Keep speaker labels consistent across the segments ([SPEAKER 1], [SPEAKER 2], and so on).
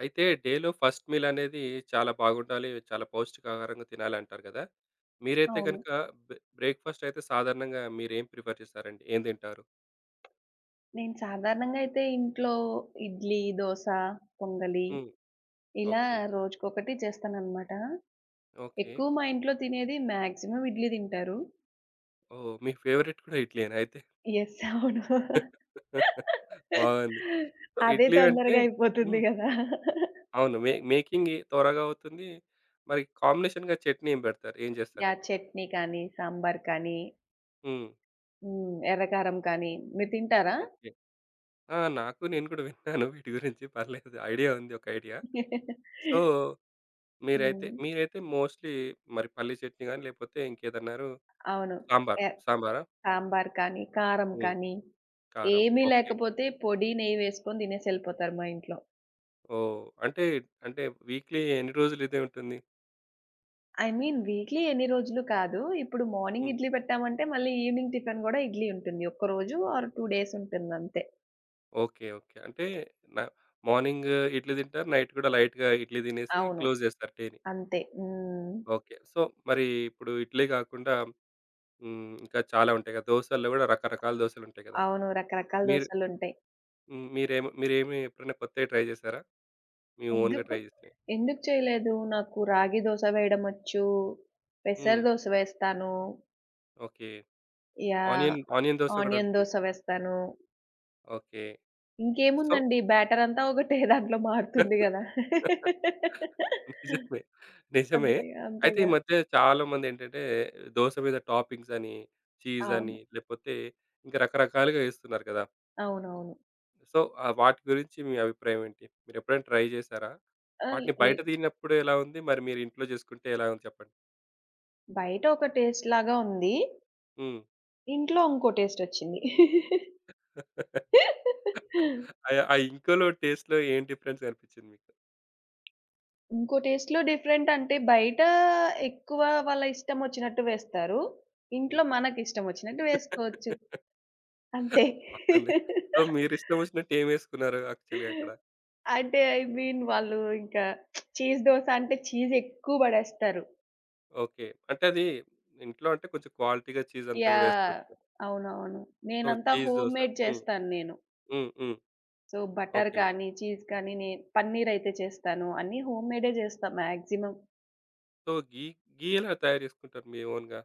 [SPEAKER 1] అయితే డేలో first meal అనేది చాలా బాగుండాలి. చాలా పౌష్టికాహారంగా తినాలంటారు కదా! మీరైతే
[SPEAKER 2] అవును.
[SPEAKER 1] గనుక బ్రేక్‌ఫాస్ట్ అయితే సాధారణంగా మీరేం ప్రిఫర్ చేస్తారండి? ఏం తింటారు?
[SPEAKER 2] నేను సాధారణంగా అయితే ఇంట్లో ఇడ్లీ, దోస, పొంగలి
[SPEAKER 1] హ్మ్.
[SPEAKER 2] ఇలా
[SPEAKER 1] ఓకే.
[SPEAKER 2] రోజుకొకటి చేస్తాననమాట.
[SPEAKER 1] ఓకే.
[SPEAKER 2] ఎక్కువ మా ఇంట్లో తినేది మాక్సిమం ఇడ్లీ తింటారు.
[SPEAKER 1] ఓహ్! మీ ఫేవరెట్ కూడా ఇడ్లీయేనా అయితే?
[SPEAKER 2] యెస్, అవును.
[SPEAKER 1] బాగుంది. సో,
[SPEAKER 2] అదే
[SPEAKER 1] ఇడ్లీ అంటే
[SPEAKER 2] తొందరగా అయిపోతుంది
[SPEAKER 1] హ్మ్.
[SPEAKER 2] గదా!
[SPEAKER 1] అవును. మేకింగ్ త్వరగా అవుతుంది. మరి కాంబినేషన్‌గా చట్నీ ఏం పెడతారు? ఏం
[SPEAKER 2] యాహ్,
[SPEAKER 1] చేస్తారండి?
[SPEAKER 2] చట్నీ కానీ, సాంబార్ కానీ,
[SPEAKER 1] హ్మ్.
[SPEAKER 2] హ్మ్, ఎర్రకారం కానీ మీరు తింటారా?
[SPEAKER 1] ఓకే. ఆ! నాకు నేను కూడా విన్నాను వీటి గురించి పర్లేదు. ఐడియా ఉంది ఒక ఐడియా. సో,
[SPEAKER 2] హ్మ్.
[SPEAKER 1] మీరైతే మీరైతే మోస్ట్‌లీ మరి పల్లీ చట్నీ గాని, లేపోతే ఇంకేదన్నారు?
[SPEAKER 2] అవును.
[SPEAKER 1] సాంబార్.
[SPEAKER 2] ఎ
[SPEAKER 1] సాంబారా?
[SPEAKER 2] సాంబార్ కానీ, కారం
[SPEAKER 1] హ్మ్.
[SPEAKER 2] కానీ
[SPEAKER 1] కారం.
[SPEAKER 2] ఏమీ
[SPEAKER 1] ఓకే.
[SPEAKER 2] లేకపోతే పొడి, నెయ్యి వేసుకొని తినేసెళ్ళిపోతారు మా ఇంట్లో.
[SPEAKER 1] ఓహ్! అంటే, అంటే వీక్‌లీ ఎన్ని రోజులు ఇదే ఉంటుంది?
[SPEAKER 2] ఐ మీన్ వీక్లీ ఎన్ని రోజులు కాదు. ఇప్పుడు మార్నింగ్
[SPEAKER 1] హ్మ్.
[SPEAKER 2] ఇడ్లీ పెట్టామంటే, మళ్ళీ ఈవినింగ్ టిఫిన్ గూడా ఇడ్లీ ఉంటుంది. ఒక్కరోజు ఆర్ 2 డేస్ ఉంటుందంతే.
[SPEAKER 1] ఓకే. ఓకే. అంటే న మార్నింగ్ ఇడ్లీ తింటారు. నైట్ కూడా లైట్‌గా ఇడ్లీ తినేసి
[SPEAKER 2] అవును,
[SPEAKER 1] క్లోజ్ చేస్తారు డేని.
[SPEAKER 2] అంతే. హ్మ్.
[SPEAKER 1] ఓకే. సో, మరి ఇప్పుడు ఇడ్లీ కాకుండా హ్మ్. ఇంకా చాలా ఉంటాయి కదా! దోసల్లో కూడా రకరకాల దోసలుంటాయి కదా!
[SPEAKER 2] అవును, రకరకాల
[SPEAKER 1] మీరు
[SPEAKER 2] దోసలుంటాయి.
[SPEAKER 1] హ్మ్. మీరేమి మీరేమి ఎప్పుడైనా కొత్తవి ట్రై చేసారా? మీ ఓన్‌గా
[SPEAKER 2] ఎందుకు,
[SPEAKER 1] ట్రై చేసినయి?
[SPEAKER 2] ఎందుకు చేయలేదు? నాకు రాగి దోస వేయడమొచ్చు. పెసర
[SPEAKER 1] హ్మ్.
[SPEAKER 2] దోస వేస్తాను.
[SPEAKER 1] Okay.
[SPEAKER 2] Yeah!
[SPEAKER 1] Onion onion dosa కూడా
[SPEAKER 2] ఆనియన్
[SPEAKER 1] ఉంటుంది.
[SPEAKER 2] దోస వేస్తాను.
[SPEAKER 1] ఓకే. సో
[SPEAKER 2] ఇంకేముందండి, బ్యాటర్ అంతా ఒకటే, దాంట్లో మారుతుంది గదా!
[SPEAKER 1] నిజమే. నిజమే.
[SPEAKER 2] అంతేగా,
[SPEAKER 1] అయితే ఈ
[SPEAKER 2] అంతేగా.
[SPEAKER 1] మధ్య చాలా మందేంటంటే దోస మీద టాపింగ్స్ అని, చీజ్ అని
[SPEAKER 2] అవును,
[SPEAKER 1] లేపోతే ఇంకా రకరకాలుగా ఏస్తున్నారు కదా!
[SPEAKER 2] అవునవును.
[SPEAKER 1] సో వాటి గురించి మీ అభిప్రాయం ఏంటి? మీరెప్పుడైనా ట్రై జేసారా?
[SPEAKER 2] ఆహ్,
[SPEAKER 1] వాటిని
[SPEAKER 2] లే
[SPEAKER 1] బయట తిన్నప్పుడు ఎలా ఉంది? మరి మీరు ఇంట్లో జేసుకుంటే ఎలా ఉంది చెప్పండి?
[SPEAKER 2] బయట ఒక టేస్ట్ లాగా ఉంది.
[SPEAKER 1] హ్మ్.
[SPEAKER 2] ఇంట్లో ఇంకో టేస్ట్ వచ్చింది.
[SPEAKER 1] అయ్ ఆ ఇంకోలో టేస్ట్‌లో ఏం డిఫరెన్స్ కనిపిచ్చింది మీకు?
[SPEAKER 2] ఇంకో టేస్ట్‌లో డిఫరెంట్ అంటే బయట ఎక్కువ వాళ్ళ ఇష్టం వచ్చినట్టు వేస్తారు.
[SPEAKER 1] హ్మ్.
[SPEAKER 2] ఇంట్లో మనకి ఇష్టం వచ్చినట్టు వేసుకోవచ్చు. అంతే.
[SPEAKER 1] బాగుంది. సో, మీరిష్టమొచ్చినట్టు ఏమేసుకున్నారు యాక్చువల్‌గా అక్కడ?
[SPEAKER 2] అంటే ఐ మీన్ వాళ్ళు ఇంకా చీజ్ దోస అంటే చీజ్ ఎక్కువ పడేస్తారు.
[SPEAKER 1] ఓకే. అంటే అది ఇంట్లో అంటే కొంచెం క్వాలిటీ‌గా చీజ్ అంతా గూడా
[SPEAKER 2] యాహ్!
[SPEAKER 1] ఏసుకోవచ్చు.
[SPEAKER 2] అవునవును.
[SPEAKER 1] సో,
[SPEAKER 2] నేనంతా
[SPEAKER 1] చీజ్ దోస.
[SPEAKER 2] హోమ్‌మేడ్
[SPEAKER 1] హ్మ్.
[SPEAKER 2] చేస్తాను నేను.
[SPEAKER 1] హ్మ్. హ్మ్.
[SPEAKER 2] So butter
[SPEAKER 1] okay.
[SPEAKER 2] కానీ, చీజ్ కానీ పన్నీర్ అయితే చేస్తాను. అన్నీ హోమ్‌మేడే చేస్తా మాక్సిమం.
[SPEAKER 1] సో, ఘీ ఘీ ఎలా తయారు చేసుకుంటారు మీ ఓన్‌గా?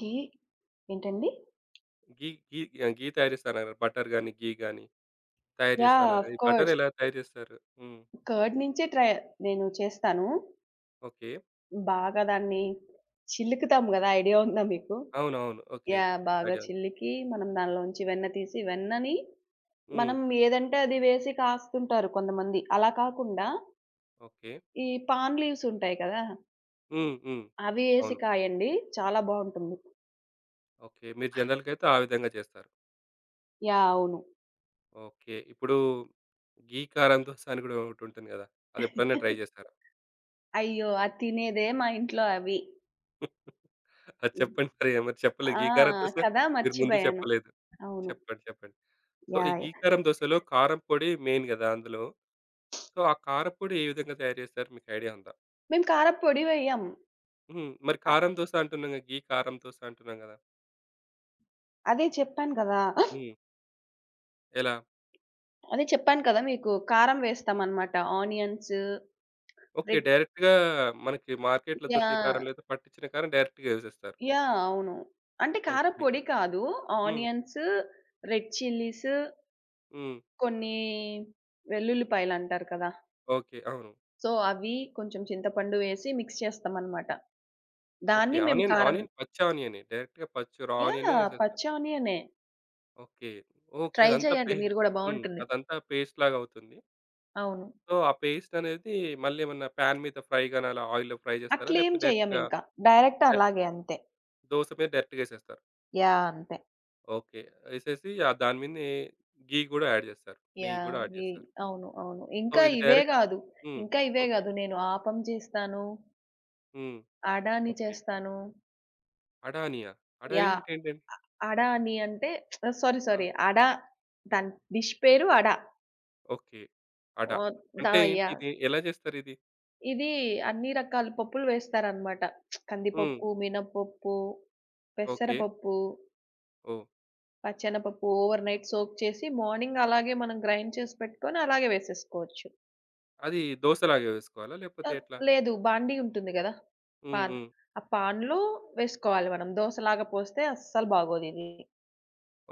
[SPEAKER 2] ఘీ ఏంటండి?
[SPEAKER 1] ఘీ ఘీ ఘీ తయారు చేస్తా అన్నారు. బటర్ గాని, ఘీ గాని తయారు చేస్తా
[SPEAKER 2] యాహ్!
[SPEAKER 1] అన్నారు కదా!
[SPEAKER 2] ఆఫ్
[SPEAKER 1] ఈ బటర్
[SPEAKER 2] కోర్స్.
[SPEAKER 1] ఎలా తయారు చేస్తారు? హ్మ్.
[SPEAKER 2] కర్డ్ నుంచే నేను చేస్తాను.
[SPEAKER 1] ఓకే.
[SPEAKER 2] బాగా దాన్ని చిలుకుతాం గదా! ఐడియా ఉందా మీకు?
[SPEAKER 1] అవునవును. ఓకే.
[SPEAKER 2] యాహ్! బాగా
[SPEAKER 1] ఐడియా ఉంది.
[SPEAKER 2] చిల్లికి మనం దానిలోంచి వెన్న తీసి, వెన్నని
[SPEAKER 1] హ్మ్.
[SPEAKER 2] మనం ఏదంటే అది వేసి కాస్తుంటారు కొంతమంది. అలా కాకుండా
[SPEAKER 1] ఓకే.
[SPEAKER 2] ఈ పామ్ లీవ్స్ ఉంటాయి కదా!
[SPEAKER 1] హ్మ్. హ్మ్.
[SPEAKER 2] అవి ఏసి
[SPEAKER 1] అవును.
[SPEAKER 2] కాయండి. చాలా బావుంటుంది.
[SPEAKER 1] ఓకే. మీరు జనరల్‌గా అయితే ఆ విధంగా చేస్తారు.
[SPEAKER 2] యాహ్, అవును.
[SPEAKER 1] ఓకే. ఇప్పుడు ఘీ కారం దోస అని గూడా ఒకటుంటుంది గదా! అదెప్పుడైనా ట్రై చేశారా?
[SPEAKER 2] అయ్యో! అది తినేదే మా ఇంట్లో అవి.
[SPEAKER 1] అది
[SPEAKER 2] హ్మ్.
[SPEAKER 1] చెప్పండి మరి మరి చెప్పలేదు.
[SPEAKER 2] ఆ!
[SPEAKER 1] గీకారం దోస
[SPEAKER 2] కదా!
[SPEAKER 1] మీరు ముందు
[SPEAKER 2] మర్చిపోయాను.
[SPEAKER 1] చెప్పలేదు.
[SPEAKER 2] అవును.
[SPEAKER 1] చెప్పండి. చెప్పండి. సో, ఈ
[SPEAKER 2] యాహ్, యాహ్!
[SPEAKER 1] గీకారం దోసలో కారం పొడి మెయిన్ గదా! అందులో. సో, ఆ కారపొడి ఏ విధంగా తయారు చేస్తారు? మీకు ఐడియా ఉందా?
[SPEAKER 2] మేము కారప్పొడి వెయ్యం.
[SPEAKER 1] హ్మ్. మరి
[SPEAKER 2] అ
[SPEAKER 1] కారం దోస అంటున్నాం గదా! గీ కారం దోస అంటున్నాం గదా!
[SPEAKER 2] అదే చెప్పాను కదా!
[SPEAKER 1] హ్మ్. ఎలా?
[SPEAKER 2] అదే చెప్పాను కదా మీకు. కారం వేస్తామనమాట. Onions,
[SPEAKER 1] okay.
[SPEAKER 2] రెడ్
[SPEAKER 1] డైరెక్ట్‌గా మనకి మార్కెట్‌లో దొరికే
[SPEAKER 2] యాహ్!
[SPEAKER 1] కారం లేదా పట్టించిన కారం డైరెక్ట్‌గా ఏసేస్తారు.
[SPEAKER 2] యాహ్! అవును. అంటే
[SPEAKER 1] ఓకే.
[SPEAKER 2] కారప్పొడి కాదు.
[SPEAKER 1] హ్మ్.
[SPEAKER 2] ఆనియన్స్, రెడ్ చిల్లీస్,
[SPEAKER 1] హ్మ్.
[SPEAKER 2] కొన్ని వెల్లుల్లిపాయలంటారు కదా!
[SPEAKER 1] ఓకే. అవును.
[SPEAKER 2] సో, అవి కొంచెం చింతపండు వేసి మిక్స్ చేస్తామనమాట.
[SPEAKER 1] ఓకే.
[SPEAKER 2] దాన్ని మేము
[SPEAKER 1] ఆనియన్,
[SPEAKER 2] కారం
[SPEAKER 1] ఆనియన్ పచ్చి ఆనియనే. డైరెక్ట్‌గా పచ్చి రా ఆనియనే
[SPEAKER 2] యాహ్!
[SPEAKER 1] ఏసేస్తారు.
[SPEAKER 2] పచ్చి ఆనియనే.
[SPEAKER 1] ఓకే. ఓకే.
[SPEAKER 2] ట్రై
[SPEAKER 1] అదంతా పే
[SPEAKER 2] చేయండి మీరు గూడా,
[SPEAKER 1] హ్మ్.
[SPEAKER 2] బావుంటుంది.
[SPEAKER 1] అదంతా పేస్ట్‌లాగా అవుతుంది.
[SPEAKER 2] అవును.
[SPEAKER 1] సో, ఆ పేస్ట్ అనేది మళ్ళీ ఏమన్నా పాన్ మీద ఫ్రై గాని అలా ఆయిల్‌లో ఫ్రై చేస్తారా?
[SPEAKER 2] అట్లేం
[SPEAKER 1] లేకపోతే డైరెక్ట్‌గా
[SPEAKER 2] చెయ్యమింకా. డైరెక్ట్
[SPEAKER 1] డైరెక్ట్
[SPEAKER 2] అలాగే అంతే.
[SPEAKER 1] దోస మీద డైరెక్ట్‌గా ఏసేస్తారా?
[SPEAKER 2] యాహ్, అంతే.
[SPEAKER 1] ఓకే. ఏసేసి ఆ దాని మీదనే ఘీ గూడా యాడ్ చేస్తారు. నెయ్యి
[SPEAKER 2] యాహ్!
[SPEAKER 1] గూడా యాడ్
[SPEAKER 2] ఈ
[SPEAKER 1] చేస్తారు.
[SPEAKER 2] అవును, అవును.
[SPEAKER 1] సో,
[SPEAKER 2] ఇంకా
[SPEAKER 1] ఇది
[SPEAKER 2] ఇవే
[SPEAKER 1] డైరెక్ట్
[SPEAKER 2] గాదు.
[SPEAKER 1] హ్మ్.
[SPEAKER 2] ఇంకా ఇవే
[SPEAKER 1] ఓకే.
[SPEAKER 2] గాదు. నేను ఆపం చేస్తాను.
[SPEAKER 1] హ్మ్.
[SPEAKER 2] అడాని
[SPEAKER 1] ఓకే.
[SPEAKER 2] చేస్తాను.
[SPEAKER 1] అడానియా? అడాని
[SPEAKER 2] యాహ్!
[SPEAKER 1] అంటే ఏంటండి?
[SPEAKER 2] అడాని అంటే సారీ,
[SPEAKER 1] ఆ!
[SPEAKER 2] సారీ. దాని డిష్ పేరు అడా.
[SPEAKER 1] ఓకే. అడా
[SPEAKER 2] ఓహ్! ద
[SPEAKER 1] అంటే ఏంటి
[SPEAKER 2] యాహ్!
[SPEAKER 1] ఇది? ఎలా చేస్తారిది?
[SPEAKER 2] ఇది అన్ని రకాల పప్పులు వేస్తారనమాట.
[SPEAKER 1] హ్మ్.
[SPEAKER 2] కందిపప్పు, మినపప్పు,
[SPEAKER 1] ఓకే.
[SPEAKER 2] పెసరపప్పు,
[SPEAKER 1] ఓహ్!
[SPEAKER 2] పచ్చెనపప్పు ఓవర్ నైట్ సోక్ చేసి మార్నింగ్ అలాగే మనం గ్రైండ్ చేసి పెట్టుకొని అలాగే వేసేసుకోవచ్చు.
[SPEAKER 1] అది దోసలాగా వేసుకోవాలా? లేకపోతే
[SPEAKER 2] ఆహ్,
[SPEAKER 1] ఎట్లా?
[SPEAKER 2] లేదు, బాండీ ఉంటుంది గదా!
[SPEAKER 1] హ్మ్.
[SPEAKER 2] పాన్.
[SPEAKER 1] హ్మ్.
[SPEAKER 2] ఆ పాన్‌లో వేసుకోవాలి మనం. దోసలాగా పోస్తే అస్సలు బాగోదిది.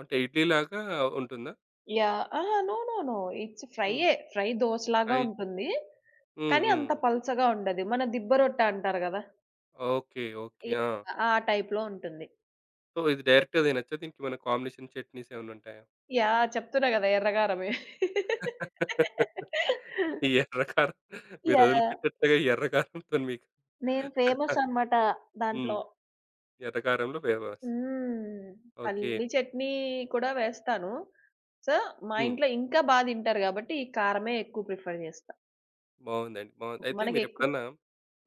[SPEAKER 1] అంటే ఇడ్లీలాగా ఉంటుందా?
[SPEAKER 2] యాహ్! అహా! No, no, no. ఇట్స్
[SPEAKER 1] హ్మ్.
[SPEAKER 2] ఫ్రైయే. ఫ్రై దోసలాగా
[SPEAKER 1] ఫ్రై
[SPEAKER 2] ఉంటుంది.
[SPEAKER 1] హ్మ్.
[SPEAKER 2] కానీ
[SPEAKER 1] హ్మ్.
[SPEAKER 2] అంత పల్చగా ఉండదు. మన దిబ్బ రొట్టె అంటారు గదా!
[SPEAKER 1] ఓకే. ఓకే. ఆ!
[SPEAKER 2] యాహ్! ఆ టైప్‌లో ఉంటుంది.
[SPEAKER 1] సో, ఇది డైరెక్ట్‌గా తినొచ్చా? దీనికి ఏమైనా కాంబినేషన్ చట్నీస్ ఏమన్నా ఉంటాయా?
[SPEAKER 2] యాహ్! చెప్తున్నా గదా! ఎర్రగారమే.
[SPEAKER 1] ఈ ఎర్ర కారం మీరు
[SPEAKER 2] యాహ్!
[SPEAKER 1] వదిలిపెట్టట్లేగా ఈ ఎర్ర కారంతోని మీకు.
[SPEAKER 2] నేను ఫేమస్ అన్నమాట
[SPEAKER 1] హ్మ్.
[SPEAKER 2] దాంట్లో.
[SPEAKER 1] ఎర్ర కారంలో ఫేమస్.
[SPEAKER 2] హ్మ్.
[SPEAKER 1] ఓకే.
[SPEAKER 2] పల్లీ చట్నీ కూడా వేస్తాను. సో, మా
[SPEAKER 1] హ్మ్.
[SPEAKER 2] ఇంట్లో ఇంకా బా తింటారు గాబట్టి, ఈ కారమే ఎక్కువ ప్రిఫర్ చేస్తా.
[SPEAKER 1] బావుందండి. బావుంది. అయితే
[SPEAKER 2] మనకెక్కు
[SPEAKER 1] మీరెప్పుడన్నా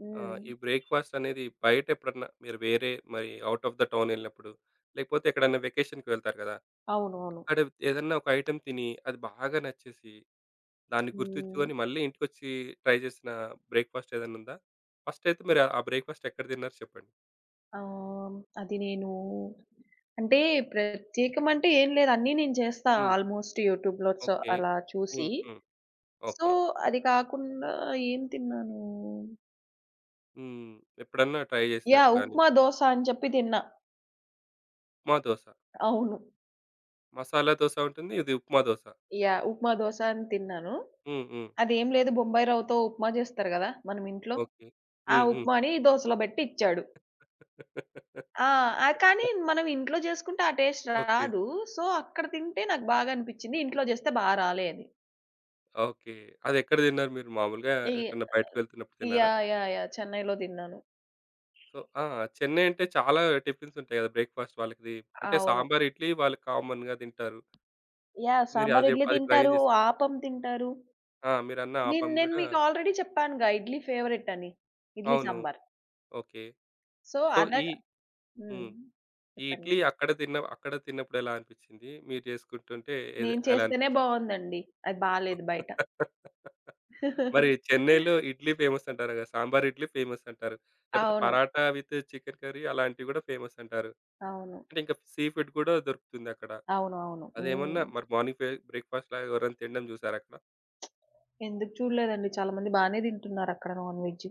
[SPEAKER 2] హ్మ్.
[SPEAKER 1] ఈ బ్రేక్‌ఫాస్ట్ అనేది బయట ఎప్పుడన్నా మీరు వేరే మరి ఔట్ ఆఫ్ ద టౌన్ ఎళ్ళినప్పుడు, లేకపోతే ఎక్కడన్నా వెకేషన్‌కి వెళ్తారు కదా!
[SPEAKER 2] అవునవును.
[SPEAKER 1] అక్కడ ఏదన్నా ఒక ఐటెమ్ తిని అది బాగా నచ్చేసి దాన్ని
[SPEAKER 2] హ్మ్.
[SPEAKER 1] గుర్తుంచుకొని మళ్ళీ ఇంటికొచ్చి ట్రై చేసిన బ్రేక్‌ఫాస్ట్ ఏదైనా ఉందా? ఫస్ట్ అయితే మీరు ఆ బ్రేక్‌ఫాస్ట్ ఎక్కడ తిన్నారు చెప్పండి?
[SPEAKER 2] ఆహ్, అది నేను అంటే ప్రత్యేకమంటే ఏం లేదు. అన్నీ నేను చేస్తా,
[SPEAKER 1] హ్మ్.
[SPEAKER 2] ఆల్మోస్ట్ యూట్యూబ్‌లో, సో,
[SPEAKER 1] ఓకే.
[SPEAKER 2] అలా
[SPEAKER 1] హ్మ్.
[SPEAKER 2] చూసి.
[SPEAKER 1] హ్మ్.
[SPEAKER 2] So,
[SPEAKER 1] okay.
[SPEAKER 2] అది కాకుండా ఏం తిన్నాను?
[SPEAKER 1] హ్మ్. ఎప్పుడన్నా ట్రై చేసినట్టు
[SPEAKER 2] యాహ్!
[SPEAKER 1] గాని,
[SPEAKER 2] ఉప్మా, దోస అని చెప్పి తిన్నా.
[SPEAKER 1] ఉప్మా దోస.
[SPEAKER 2] అవును.
[SPEAKER 1] మసాలా దోస ఉంటుంది. ఇది ఉప్మా దోస.
[SPEAKER 2] యాహ్! ఉప్మా, దోస అని తిన్నాను.
[SPEAKER 1] హ్మ్. హ్మ్.
[SPEAKER 2] అదేం లేదు, బొంబాయి రవ్వతో ఉప్మా జేస్తారు గదా మనం ఇంట్లో.
[SPEAKER 1] ఓకే.
[SPEAKER 2] ఆ
[SPEAKER 1] హ్మ్. హ్మ్.
[SPEAKER 2] ఉప్మాని దోసలో బెట్టి ఇచ్చాడు. ఆ! ఆహ్, కానీ మనం ఇంట్లో జేసుకుంటే ఆ టేస్ట్
[SPEAKER 1] ఓకే.
[SPEAKER 2] రాదు. సో, అక్కడ తింటే నాకు బాగా అనిపిచ్చింది. ఇంట్లో జేస్తే బా రాలే అది.
[SPEAKER 1] ఓకే. అదెక్కడ తిన్నారు మీరు మామూలుగా
[SPEAKER 2] ఈ
[SPEAKER 1] ఎటన్నా బయటకి వెళ్తున్నప్పుడు తిన్నారా?
[SPEAKER 2] Yeah, yeah, yeah! చెన్నైలో తిన్నాను.
[SPEAKER 1] సో ఆ! చెన్నై అంటే చాలా టిఫిన్స్ ఉంటాయి కదా! బ్రేక్‌ఫాస్ట్ వాళ్ళకిది. అంటే
[SPEAKER 2] అవును.
[SPEAKER 1] సాంబార్, ఇడ్లీ వాళ్ళు కామన్‌గా తింటారు.
[SPEAKER 2] యాహ్!
[SPEAKER 1] మీరు
[SPEAKER 2] సాంబార్
[SPEAKER 1] అది
[SPEAKER 2] ఇడ్లీ
[SPEAKER 1] అది ట్రై
[SPEAKER 2] తింటారు,
[SPEAKER 1] చేసారా?
[SPEAKER 2] ఆపం తింటారు.
[SPEAKER 1] ఆ! మీరన్న
[SPEAKER 2] నేను
[SPEAKER 1] ఆపం
[SPEAKER 2] నేను
[SPEAKER 1] గూడా
[SPEAKER 2] మీకు ఆల్రెడీ చెప్పానుగా ఇడ్లీ ఫేవరెట్ అని. ఇడ్లీ
[SPEAKER 1] అవును.
[SPEAKER 2] సాంబార్.
[SPEAKER 1] ఓకే.
[SPEAKER 2] సో,
[SPEAKER 1] సో, ఈ
[SPEAKER 2] హ్మ్.
[SPEAKER 1] హ్మ్. ఈ
[SPEAKER 2] చెప్పండి.
[SPEAKER 1] ఇడ్లీ అక్కడ తిన్నప్పుడు ఎలా అనిపిచ్చింది? మీరు జేసుకుంటుంటే ఏది
[SPEAKER 2] నేను
[SPEAKER 1] ఎలా
[SPEAKER 2] చేస్తేనే
[SPEAKER 1] అనిపిచ్చింది?
[SPEAKER 2] బావుందండి. అది బాలేదు బయట.
[SPEAKER 1] మరి చెన్నైలో ఇడ్లీ ఫేమస్ అంటారు గదా! సాంబార్ ఇడ్లీ ఫేమస్ అంటారు. లేపోతే
[SPEAKER 2] అవును,
[SPEAKER 1] పరాటా విత్ చికెన్ కర్రీ అలాంటివి గూడా ఫేమస్ అంటారు.
[SPEAKER 2] అవును,
[SPEAKER 1] అంటే ఇంకా సీ ఫుడ్ గూడా దొరుకుతుందక్కడ.
[SPEAKER 2] అవును, అవును.
[SPEAKER 1] అదేమన్నా
[SPEAKER 2] హ్మ్.
[SPEAKER 1] మరి మార్నింగ్ ఫే బ్రేక్‌ఫాస్ట్‌లా ఎవరైనా తినడం జూసారా అక్కడ?
[SPEAKER 2] ఎందుకు చూడలేదండి. చాలా మంది బానే తింటున్నారక్కడ నాన్ వెజ్.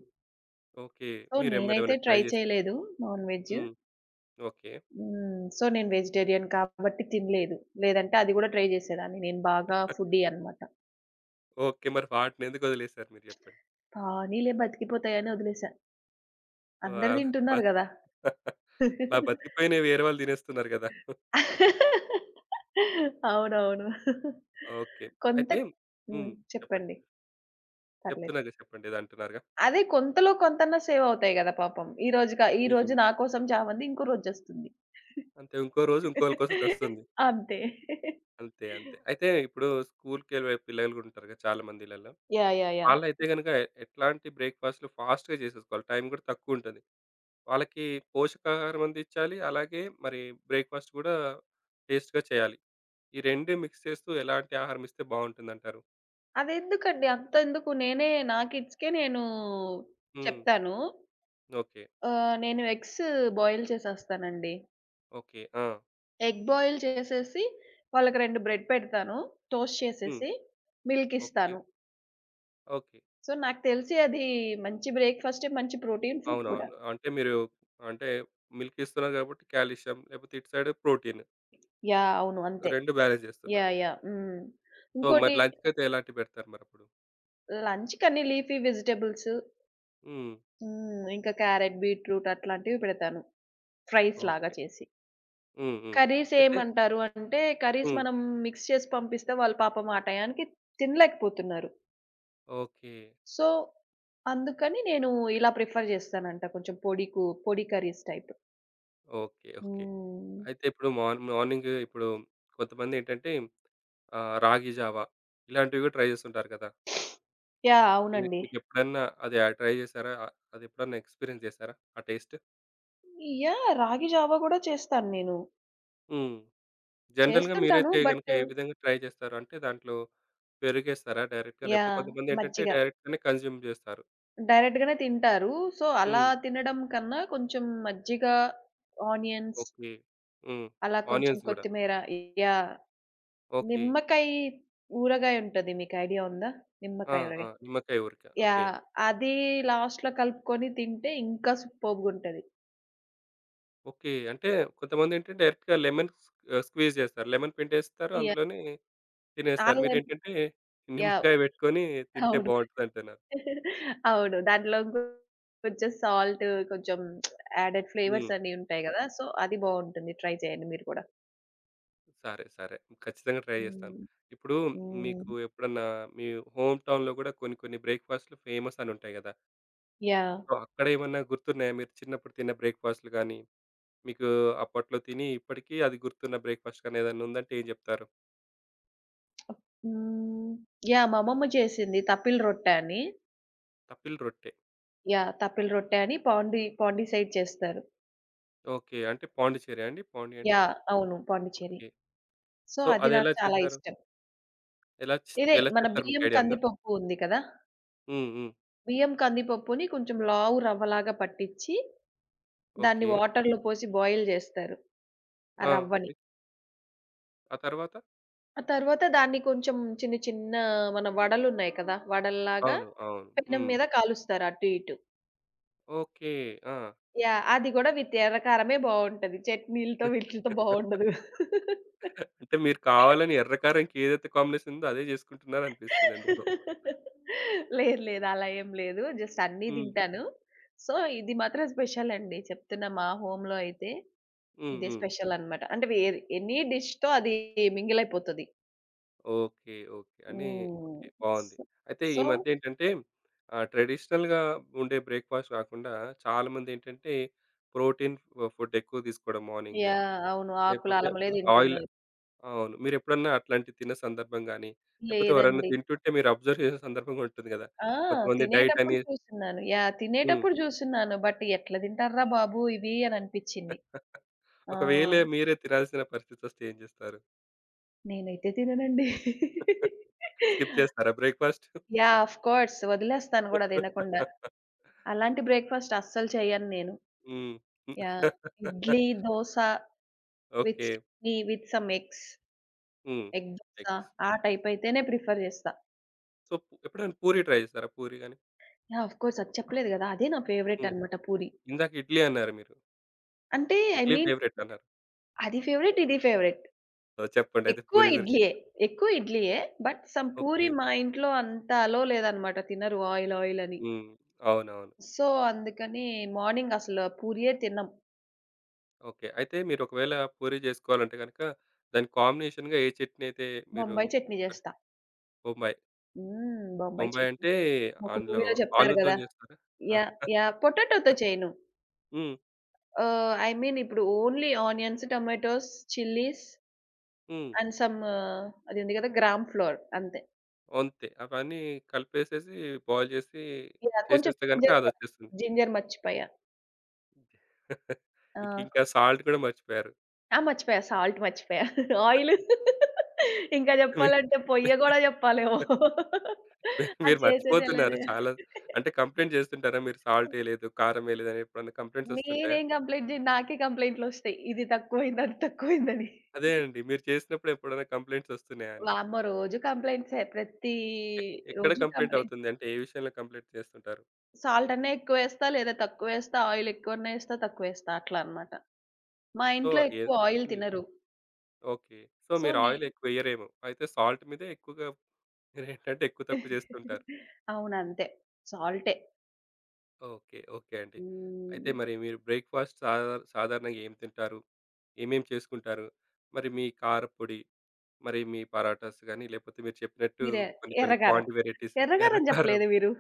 [SPEAKER 1] ఓకే.
[SPEAKER 2] సో,
[SPEAKER 1] మీరే
[SPEAKER 2] నేనైతే
[SPEAKER 1] మరేమైనా ట్రై
[SPEAKER 2] ట్రై
[SPEAKER 1] జేసారా?
[SPEAKER 2] చేయలేదు నాన్ వెజ్.
[SPEAKER 1] హ్మ్. ఓకే.
[SPEAKER 2] హ్మ్. సో, నేను వెజిటేరియన్ కాబట్టి తినలేదు. లేదంటే అది కూడా ట్రై చేసేదాన్ని. నేను బాగా ఫుడ్డీ అనమాట.
[SPEAKER 1] ఓకే. మరి వాటినెందుకు ఒదిలేసారు మీరు జెప్పండి?
[SPEAKER 2] పోనీలే బతికిపోతాయని వదిలేసా. అందరూ
[SPEAKER 1] వాళ్ళ
[SPEAKER 2] తింటున్నారు గదా!
[SPEAKER 1] అలా బతికిపోయినవి వేరే వాళ్ళు తినేస్తున్నారు కదా!
[SPEAKER 2] అవునవును.
[SPEAKER 1] ఓకే.
[SPEAKER 2] కొంత
[SPEAKER 1] అయితే హ్మ్.
[SPEAKER 2] హ్మ్.
[SPEAKER 1] చెప్పండి.
[SPEAKER 2] చెప్పండి. పర్లేదు.
[SPEAKER 1] చెప్తున్నాగా చెప్పండి ఏదో అంటున్నారుగా?
[SPEAKER 2] అదే కొంతలో కొంతన్నా సేవవుతాయి గదా పాపం. ఈ రోజు
[SPEAKER 1] నిజమే.
[SPEAKER 2] నా కోసం చామంది, ఇంకో రోజొస్తుంది.
[SPEAKER 1] అంతే ఇంకో రోజు ఇంకోళ్ళ కోసం చస్తుంది.
[SPEAKER 2] అంతే.
[SPEAKER 1] అంతే. అంతే. అయితే ఇప్పుడు స్కూల్‌కెళ్ళే పిల్లలు కూడా ఉంటారు కదా! చాలా మంది ఇళ్ళలో.
[SPEAKER 2] Yeah, yeah, yeah!
[SPEAKER 1] వాళ్ళైతే గనుక ఎట్లాంటి బ్రేక్‌ఫాస్ట్‌లు ఫాస్ట్‌గా చేసేసుకోవాలి. టైం కూడా తక్కువుంటది. వాళ్ళకి పోషకాహారం అందించాలి. అలాగే మరి బ్రేక్‌ఫాస్ట్ కూడా టేస్ట్‌గా చేయాలి. ఈ 2 మిక్స్ చేస్తూ ఎలాంటి ఆహారం ఇస్తే బావుంటుందంటారు?
[SPEAKER 2] అదెందుకండి, అంతెందుకు, నేనే నా కిడ్స్‌కే నేను
[SPEAKER 1] హ్మ్.
[SPEAKER 2] చెప్తాను.
[SPEAKER 1] ఓకే.
[SPEAKER 2] ఆహ్, నేను ఎగ్స్ బాయిల్ చేసేస్తానండి.
[SPEAKER 1] ఓకే. ఆ!
[SPEAKER 2] ఎగ్ బాయిల్ చేసేసి వాళ్ళకి 2 బ్రెడ్ పెడతాను. టోస్ట్
[SPEAKER 1] హ్మ్.
[SPEAKER 2] చేసేసి మిల్క్
[SPEAKER 1] ఓకే.
[SPEAKER 2] ఇస్తాను.
[SPEAKER 1] ఓకే.
[SPEAKER 2] సో, నాకు తెలిసి అది మంచి బ్రేక్‌ఫాస్టే, మంచి ప్రోటీన్ ఫుడ్ కూడా.
[SPEAKER 1] అవునవును. అంటే మీరు అంటే మిల్క్ ఇస్తున్నారు కాబట్టి కాల్షియం లేకపోతే ఇటు సైడ్ ప్రోటీన్
[SPEAKER 2] యాహ్, అవును, అంతే.
[SPEAKER 1] 2 బ్యాలెన్స్ చేస్తున్నారు.
[SPEAKER 2] Yeah, yeah! హ్మ్.
[SPEAKER 1] సో, మరి
[SPEAKER 2] ఇంకోటి
[SPEAKER 1] లంచ్‌కైతే ఎలాంటివి పెడతారు మరప్పుడు?
[SPEAKER 2] లంచ్‌కన్ని లీఫీ వెజిటబుల్స్,
[SPEAKER 1] హ్మ్.
[SPEAKER 2] హ్మ్, ఇంకా క్యారెట్, బీట్రూట్ అట్లాంటివి పెడతాను. ఫ్రైస్ లాగా
[SPEAKER 1] ఓకే.
[SPEAKER 2] చేసి.
[SPEAKER 1] హ్మ్. హ్మ్.
[SPEAKER 2] కర్రీస్
[SPEAKER 1] అయితే
[SPEAKER 2] ఏమంటారు అంటే కర్రీస్
[SPEAKER 1] హ్మ్.
[SPEAKER 2] మనం మిక్స్ చేసి పంపిస్తే వాళ్ళు పాపం ఆ టయానికి తినలేకపోతున్నారు.
[SPEAKER 1] ఓకే.
[SPEAKER 2] సో, అందుకని నేను ఇలా ప్రిఫర్ చేస్తానంట, కొంచెం పొడి కర్రీస్ టైప్.
[SPEAKER 1] ఓకే. ఓకే.
[SPEAKER 2] హ్మ్.
[SPEAKER 1] అయితే ఇప్పుడు మార్ మార్నింగ్ ఇప్పుడు కొంతమందేంటంటే రాగి జావా ఇలాంటివి కూడా ట్రై చేస్తుంటారు కదా!
[SPEAKER 2] యాహ్,
[SPEAKER 1] మీ
[SPEAKER 2] అవునండి.
[SPEAKER 1] మీకెప్పుడన్నా అది ట్రై చేసారా? అది ఎప్పుడన్నా ఎక్స్‌పీరియన్స్ చేసారా ఆ టేస్ట్?
[SPEAKER 2] యాహ్! రాగి జావా గూడా చేస్తాను నేను.
[SPEAKER 1] హ్మ్. జనరల్‌గా
[SPEAKER 2] చేస్తుంటాను.
[SPEAKER 1] మీరైతే
[SPEAKER 2] బట్
[SPEAKER 1] గనుక ఏ విధంగా ట్రై చేస్తారు? అంటే దాంట్లో పెరుగేస్తారా డైరెక్ట్‌గా? లేకపోతే
[SPEAKER 2] యాహ్,
[SPEAKER 1] కొంతమందేంటంటే
[SPEAKER 2] మజ్జిగ.
[SPEAKER 1] డైరెక్ట్‌గానే కన్జ్యూమ్ చేస్తారు.
[SPEAKER 2] డైరెక్ట్‌గానే తింటారు. సో, అలా
[SPEAKER 1] హ్మ్.
[SPEAKER 2] తినడం కన్నా కొంచెం మజ్జిగ, ఆనియన్స్,
[SPEAKER 1] ఓకే. హ్మ్.
[SPEAKER 2] అలా కొంచెం
[SPEAKER 1] ఆనియన్స్ గూడా.
[SPEAKER 2] కొత్తిమీర, యాహ్,
[SPEAKER 1] ఓకే.
[SPEAKER 2] నిమ్మకాయ ఊరగాయ ఉంటది. మీకు ఐడియా ఉందా?
[SPEAKER 1] ఆ!
[SPEAKER 2] నిమ్మకాయ
[SPEAKER 1] ఆ!
[SPEAKER 2] ఊరగాయ.
[SPEAKER 1] నిమ్మకాయ ఊరక. ఓకే.
[SPEAKER 2] యాహ్! అది లాస్ట్‌లో కలుపుకొని తింటే ఇంకా సూపర్బ్‌గా ఉంటది.
[SPEAKER 1] ఓకే. అంటే కొంతమందేంటంటే డైరెక్ట్‌గా లెమన్ స్ స్క్వీజ్ చేస్తారు. లెమన్ పిండేస్తారు
[SPEAKER 2] యాహ్!
[SPEAKER 1] అందులోనే
[SPEAKER 2] ఆ
[SPEAKER 1] తినేస్తారు.
[SPEAKER 2] లెమ్
[SPEAKER 1] మీరేంటంటే
[SPEAKER 2] యాహ్!
[SPEAKER 1] నిమ్మకాయ పెట్టుకొని తింటే
[SPEAKER 2] అవును,
[SPEAKER 1] బావుంటదంటున్నారు.
[SPEAKER 2] అవును. దాంట్లో కొంచెం సాల్ట్, కొంచెం యాడెడ్
[SPEAKER 1] హ్మ్.
[SPEAKER 2] ఫ్లేవర్స్ అన్నీ ఉంటాయి గదా! సో, అది బావుంటుంది. ట్రై చేయండి మీరు కూడా.
[SPEAKER 1] సరే. సరే. ఖచ్చితంగా ట్రై చేస్తాను.
[SPEAKER 2] హ్మ్.
[SPEAKER 1] ఇప్పుడు
[SPEAKER 2] హ్మ్.
[SPEAKER 1] మీకు ఎప్పుడన్నా మీ హోమ్ టౌన్‌లో గూడా కొన్ని కొన్ని బ్రేక్‌ఫాస్ట్‌లు ఫేమస్ అని ఉంటాయి గదా!
[SPEAKER 2] యాహ్.
[SPEAKER 1] సో, అక్కడేమన్నా గుర్తున్నాయా? మీరు చిన్నప్పుడు తిన్న బ్రేక్‌ఫాస్ట్‌లు గాని, మీకు అప్పట్లో తిని ఇప్పటికీ అది గుర్తున్న బ్రేక్‌ఫాస్ట్ గాని ఏదైనా ఉందంటే ఏం చెప్తారు?
[SPEAKER 2] హ్మ్. యాహ్! మా అమ్మమ్మ చేసింది, తప్పిల రొట్టె అని.
[SPEAKER 1] తప్పిల్ రొట్టె.
[SPEAKER 2] యాహ్! తప్పిల రొట్టె అని, పాండి పాండి సైడ్ చేస్తారు.
[SPEAKER 1] ఓకే. అంటే పాండిచేరియా అండి? పాండి అంటే
[SPEAKER 2] యాహ్, అవును, పాండిచ్చేరి.
[SPEAKER 1] ఓకే.
[SPEAKER 2] సో,
[SPEAKER 1] సో,
[SPEAKER 2] అది నాకు
[SPEAKER 1] అదెలా
[SPEAKER 2] చాలా
[SPEAKER 1] చేస్తారు?
[SPEAKER 2] ఇష్టం.
[SPEAKER 1] ఎలా చ్
[SPEAKER 2] ఇదే
[SPEAKER 1] ఎలా
[SPEAKER 2] మన
[SPEAKER 1] చేస్తారు మీకు
[SPEAKER 2] బియ్యం
[SPEAKER 1] ఐడియా ఉందా?
[SPEAKER 2] కందిపప్పు ఉంది కదా!
[SPEAKER 1] హ్మ్. హ్మ్.
[SPEAKER 2] బియ్యం కందిపప్పుని కొంచెం లావు రవ్వలాగా పట్టిచ్చి, దాన్ని
[SPEAKER 1] ఓకే.
[SPEAKER 2] వాటర్‌లో పోసి బాయిల్ జేస్తారు, ఆ
[SPEAKER 1] ఆ!
[SPEAKER 2] రవ్వని.
[SPEAKER 1] ఓకే. ఆ తర్వాత?
[SPEAKER 2] ఆ తర్వాత దాన్ని కొంచెం చిన్న చిన్న, మన వడలున్నాయి కదా, వడల్లాగా
[SPEAKER 1] అవును. అవును.
[SPEAKER 2] పెనం
[SPEAKER 1] హ్మ్.
[SPEAKER 2] మీద కాలుస్తారు అటు ఇటు.
[SPEAKER 1] ఓకే. ఆ!
[SPEAKER 2] యాహ్! అది గూడా విత్ ఎర్ర కారమే బావుంటది. చట్నీలతో వీటిలతో బావుండదు.
[SPEAKER 1] అంటే మీరు కావాలని ఎర్ర కారంకి ఏదైతే కాంబినేషన్ ఉందో అదే జేసుకుంటున్నారనిపిస్తుంది ఎందుకో.
[SPEAKER 2] లేదు, లేదు, అలా ఏం లేదు. జస్ట్ అన్నీ
[SPEAKER 1] హ్మ్.
[SPEAKER 2] తింటాను. సో, ఇది మాత్రం స్పెషల్ అండి. చెప్తున్నా మా హోమ్‌లో అయితే
[SPEAKER 1] హ్మ్.
[SPEAKER 2] ఇదే
[SPEAKER 1] హ్మ్.
[SPEAKER 2] స్పెషల్ అన్నమాట. అంటే వేరే ఎనీ డిష్‌తో అది మింగిల్ అయిపోతది.
[SPEAKER 1] ఓకే. ఓకే. అని
[SPEAKER 2] హ్మ్.
[SPEAKER 1] ఓకే. బావుంది. అయితే
[SPEAKER 2] సో
[SPEAKER 1] ఈ
[SPEAKER 2] సో
[SPEAKER 1] మధ్య ఏంటంటే ట్రెడిషనల్‌గా ఉండే బ్రేక్‌ఫాస్ట్ కాకుండా చాలామందేంటంటే ప్రోటీన్ ఫు ఫుడ్ ఎక్కువ తీసుకోవడం మార్నింగ్.
[SPEAKER 2] యాహ్, అవును. ఆకుల
[SPEAKER 1] లేకపోతే
[SPEAKER 2] అలమలే
[SPEAKER 1] ఆయిల్
[SPEAKER 2] తింటున్నారు.
[SPEAKER 1] అవును. మీరెప్పుడన్నా అట్లాంటివి తిన్న సందర్భం గాని, లేకపోతే ఎవరైనా
[SPEAKER 2] లేదండి.
[SPEAKER 1] తింటుంటే మీరు అబ్జర్వ్ చేసిన సందర్భం కూడా ఉంటుంది కదా!
[SPEAKER 2] ఆ!
[SPEAKER 1] కొంతమంది డైట్
[SPEAKER 2] తినేటప్పుడు
[SPEAKER 1] అని
[SPEAKER 2] చూసున్నాను. యాహ్!
[SPEAKER 1] హ్మ్.
[SPEAKER 2] తినేటప్పుడు చూసున్నాను. బట్ ఎట్లా తింటార్రా బాబు ఇవి అని అనిపిచ్చింది. ఆ!
[SPEAKER 1] ఒకవేళ మీరే తినాల్సిన పరిస్థితి వస్తే ఏం చేస్తారు?
[SPEAKER 2] నేనైతే తిననండి.
[SPEAKER 1] స్కిప్ చేస్తారా బ్రేక్‌ఫాస్ట్?
[SPEAKER 2] యాహ్! Of course. వదిలేస్తాను గూడా తినకుండా. అలాంటి బ్రేక్‌ఫాస్ట్ అస్సలు చేయను నేను.
[SPEAKER 1] హ్మ్.
[SPEAKER 2] Yeah! Idli, dosa with
[SPEAKER 1] okay.
[SPEAKER 2] Chutney, with some eggs,
[SPEAKER 1] హ్మ్.
[SPEAKER 2] Egg dosa,
[SPEAKER 1] eggs.
[SPEAKER 2] ఆ టైప్ అయితేనే ప్రిఫర్ చేస్తా.
[SPEAKER 1] సో, పు ఎప్పుడైనా పూరి ట్రై చేసారా? పూరి గాని?
[SPEAKER 2] యాహ్! ఆఫ్ కోర్స్, అది చెప్పలేదు గదా! అదే నా ఫేవరెట్
[SPEAKER 1] హ్మ్.
[SPEAKER 2] అన్నమాట, పూరి.
[SPEAKER 1] ఇందాక ఇడ్లీ అన్నారు మీరు.
[SPEAKER 2] అంటే ఐ
[SPEAKER 1] ఇడ్లీ
[SPEAKER 2] మీన్
[SPEAKER 1] ఫేవరెట్ అన్నారు.
[SPEAKER 2] అది ఫేవరెట్, ఇది ఫేవరెట్.
[SPEAKER 1] సో, చెప్పండి అయితే
[SPEAKER 2] ఎక్కువ
[SPEAKER 1] పూరి గురించి.
[SPEAKER 2] ఇడ్లీయే. ఎక్కువ ఇడ్లీయే. But some
[SPEAKER 1] okay.
[SPEAKER 2] పూరి మా ఇంట్లో అంత అలో లేదనమాట. తినరు, ఆయిల్ ఆయిల్ అని.
[SPEAKER 1] హ్మ్. అవునవును.
[SPEAKER 2] సో, అందుకని మార్నింగ్ అసలు పూరియే తినం.
[SPEAKER 1] ఓకే. అయితే మీరు ఒకవేళ పూరి చేసుకోవాలంటే గనక దానికి కాంబినేషన్‌గా ఏ చట్నీ అయితే మీరు
[SPEAKER 2] బొంబాయి చట్నీ
[SPEAKER 1] ప్రిఫర్
[SPEAKER 2] జేస్తా.
[SPEAKER 1] బొంబాయి.
[SPEAKER 2] హ్మ్, బొంబాయి
[SPEAKER 1] బొంబాయి
[SPEAKER 2] చట్నీ.
[SPEAKER 1] అంటే
[SPEAKER 2] ఒక
[SPEAKER 1] అందులో
[SPEAKER 2] మూవీలో చెప్తారు గదా!
[SPEAKER 1] ఆలూతోని చేస్తారా? ఆ!
[SPEAKER 2] Yeah, yeah! పొటాటోతో చేయను.
[SPEAKER 1] హ్మ్.
[SPEAKER 2] ఆహ్, ఐ మీన్ ఇప్పుడు only onions, tomatoes, chillies
[SPEAKER 1] hmm.
[SPEAKER 2] And some, అది ఉంది గదా, గ్రామ్ ఫ్లోర్, అంతే.
[SPEAKER 1] అంతే. అవన్నీ కలిపేసేసి బాయిల్ చేసి
[SPEAKER 2] యాహ్, కొంచెం
[SPEAKER 1] చేసేస్తే గనుక
[SPEAKER 2] జింజర్ గూడా.
[SPEAKER 1] అదొచ్చేస్తుంది.
[SPEAKER 2] జింజర్ మర్చిపోయా. ఆ!
[SPEAKER 1] ఇంక ఇంకా సాల్ట్ కూడా మర్చిపోయారు.
[SPEAKER 2] ఆ! మర్చిపోయా. సాల్ట్ మర్చిపోయా. ఆయిలు, ఇంకా జెప్పాలంటే పొయ్య గూడా జెప్పాలేమో.
[SPEAKER 1] మీ-
[SPEAKER 2] అది
[SPEAKER 1] మీరు
[SPEAKER 2] చేసేది ఎలా
[SPEAKER 1] మర్చిపోతున్నారు
[SPEAKER 2] జేయాలి?
[SPEAKER 1] చాలా. అంటే కంప్లెయింట్ చేస్తుంటారా మీరు సాల్ట్ ఎయలేదు, కారం ఎయలేదు అని ఎప్పుడన్నా కంప్లెయింట్స్ వస్తుంటాయా?
[SPEAKER 2] నేనేం కంప్లెయింట్ జేయను. నాకే కంప్లెయింట్‌లొస్తాయి. ఇది తక్కువైంది, అది తక్కువైందని.
[SPEAKER 1] అదే అండి. మీరు చేసినప్పుడు ఎప్పుడైనా కంప్లెయింట్స్ వస్తున్నాయా అని?
[SPEAKER 2] వామ్మో! రోజు కంప్లెయింట్సే. ప్రతి
[SPEAKER 1] ఎ ఎక్కడ
[SPEAKER 2] రోజు
[SPEAKER 1] కంప్లెయింట్
[SPEAKER 2] కంప్లెయింట్స్.
[SPEAKER 1] అవుతుంది? అంటే ఏ విషయంలో కంప్లెయింట్ చేస్తుంటారు?
[SPEAKER 2] సాల్ట్ అన్నా ఎక్కువేస్తా, లేదా తక్కువేస్తా, ఆయిల్ ఎక్కువన్నా ఏస్తా, తక్కువేస్తా, అట్లా అన్నమాట. మా
[SPEAKER 1] సో,
[SPEAKER 2] ఇంట్లో
[SPEAKER 1] ఏ
[SPEAKER 2] ఎక్కువ ఆయిల్
[SPEAKER 1] హ్మ్.
[SPEAKER 2] తినరు.
[SPEAKER 1] ఓకే. సో,
[SPEAKER 2] సో,
[SPEAKER 1] మీరు ఆయిల్ ఎక్కువ ఎయ్యరేమో! అయితే సాల్ట్ మీదే ఎక్కువగా మీరేంటంటే ఎక్కువ తక్కువ చేస్తుంటారు.
[SPEAKER 2] అవును, అంతే. సాల్టే.
[SPEAKER 1] ఓకే. ఓకే అండి.
[SPEAKER 2] హ్మ్.
[SPEAKER 1] అయితే మరి మీరు బ్రేక్‌ఫాస్ట్ సాధా సాధారణంగా ఏం తింటారు? ఏమేం చేసుకుంటారు? మరి మీ కారపొడి మరి మీ పరాటాస్ గాని, లేపోతే మీరు చెప్పినట్టు
[SPEAKER 2] మీరె
[SPEAKER 1] కొన్ని కొన్ని
[SPEAKER 2] ఎర్రకారం.
[SPEAKER 1] పాండ్ వెరైటీస్ ఎర్ర
[SPEAKER 2] ఎర్రకారం
[SPEAKER 1] కారం,
[SPEAKER 2] జెప్పలేదా మీరు?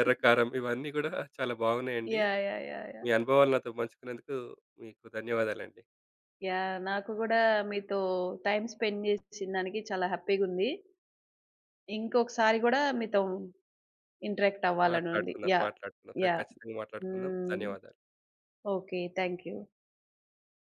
[SPEAKER 1] ఎర్ర కారం ఇవన్నీ గూడా చాలా బాగున్నాయండి.
[SPEAKER 2] యాహ్, యాహ్, యాహ్,
[SPEAKER 1] మీ
[SPEAKER 2] యాహ్!
[SPEAKER 1] అనుభవాలు నాతో పంచుకున్నందుకు మీకు ధన్యవాదాలండి.
[SPEAKER 2] యాహ్, నాకు గూడా మీతో టైమ్ స్పెండ్ చేసిన దానికి చాలా హ్యాపీగుంది. ఇంకొకసారి గూడా మీతో ఇంటరాక్ట్ అవ్వాలనుంది.
[SPEAKER 1] మాట్లాడుకుందాం,
[SPEAKER 2] యాహ్!
[SPEAKER 1] మాట్లాడుకుందాం.
[SPEAKER 2] యాహ్.
[SPEAKER 1] ఖచ్చితంగా మాట్లాడుకుందాం.
[SPEAKER 2] హ్మ్.
[SPEAKER 1] ధన్యవాదాలు.
[SPEAKER 2] ఓకే. Thank you.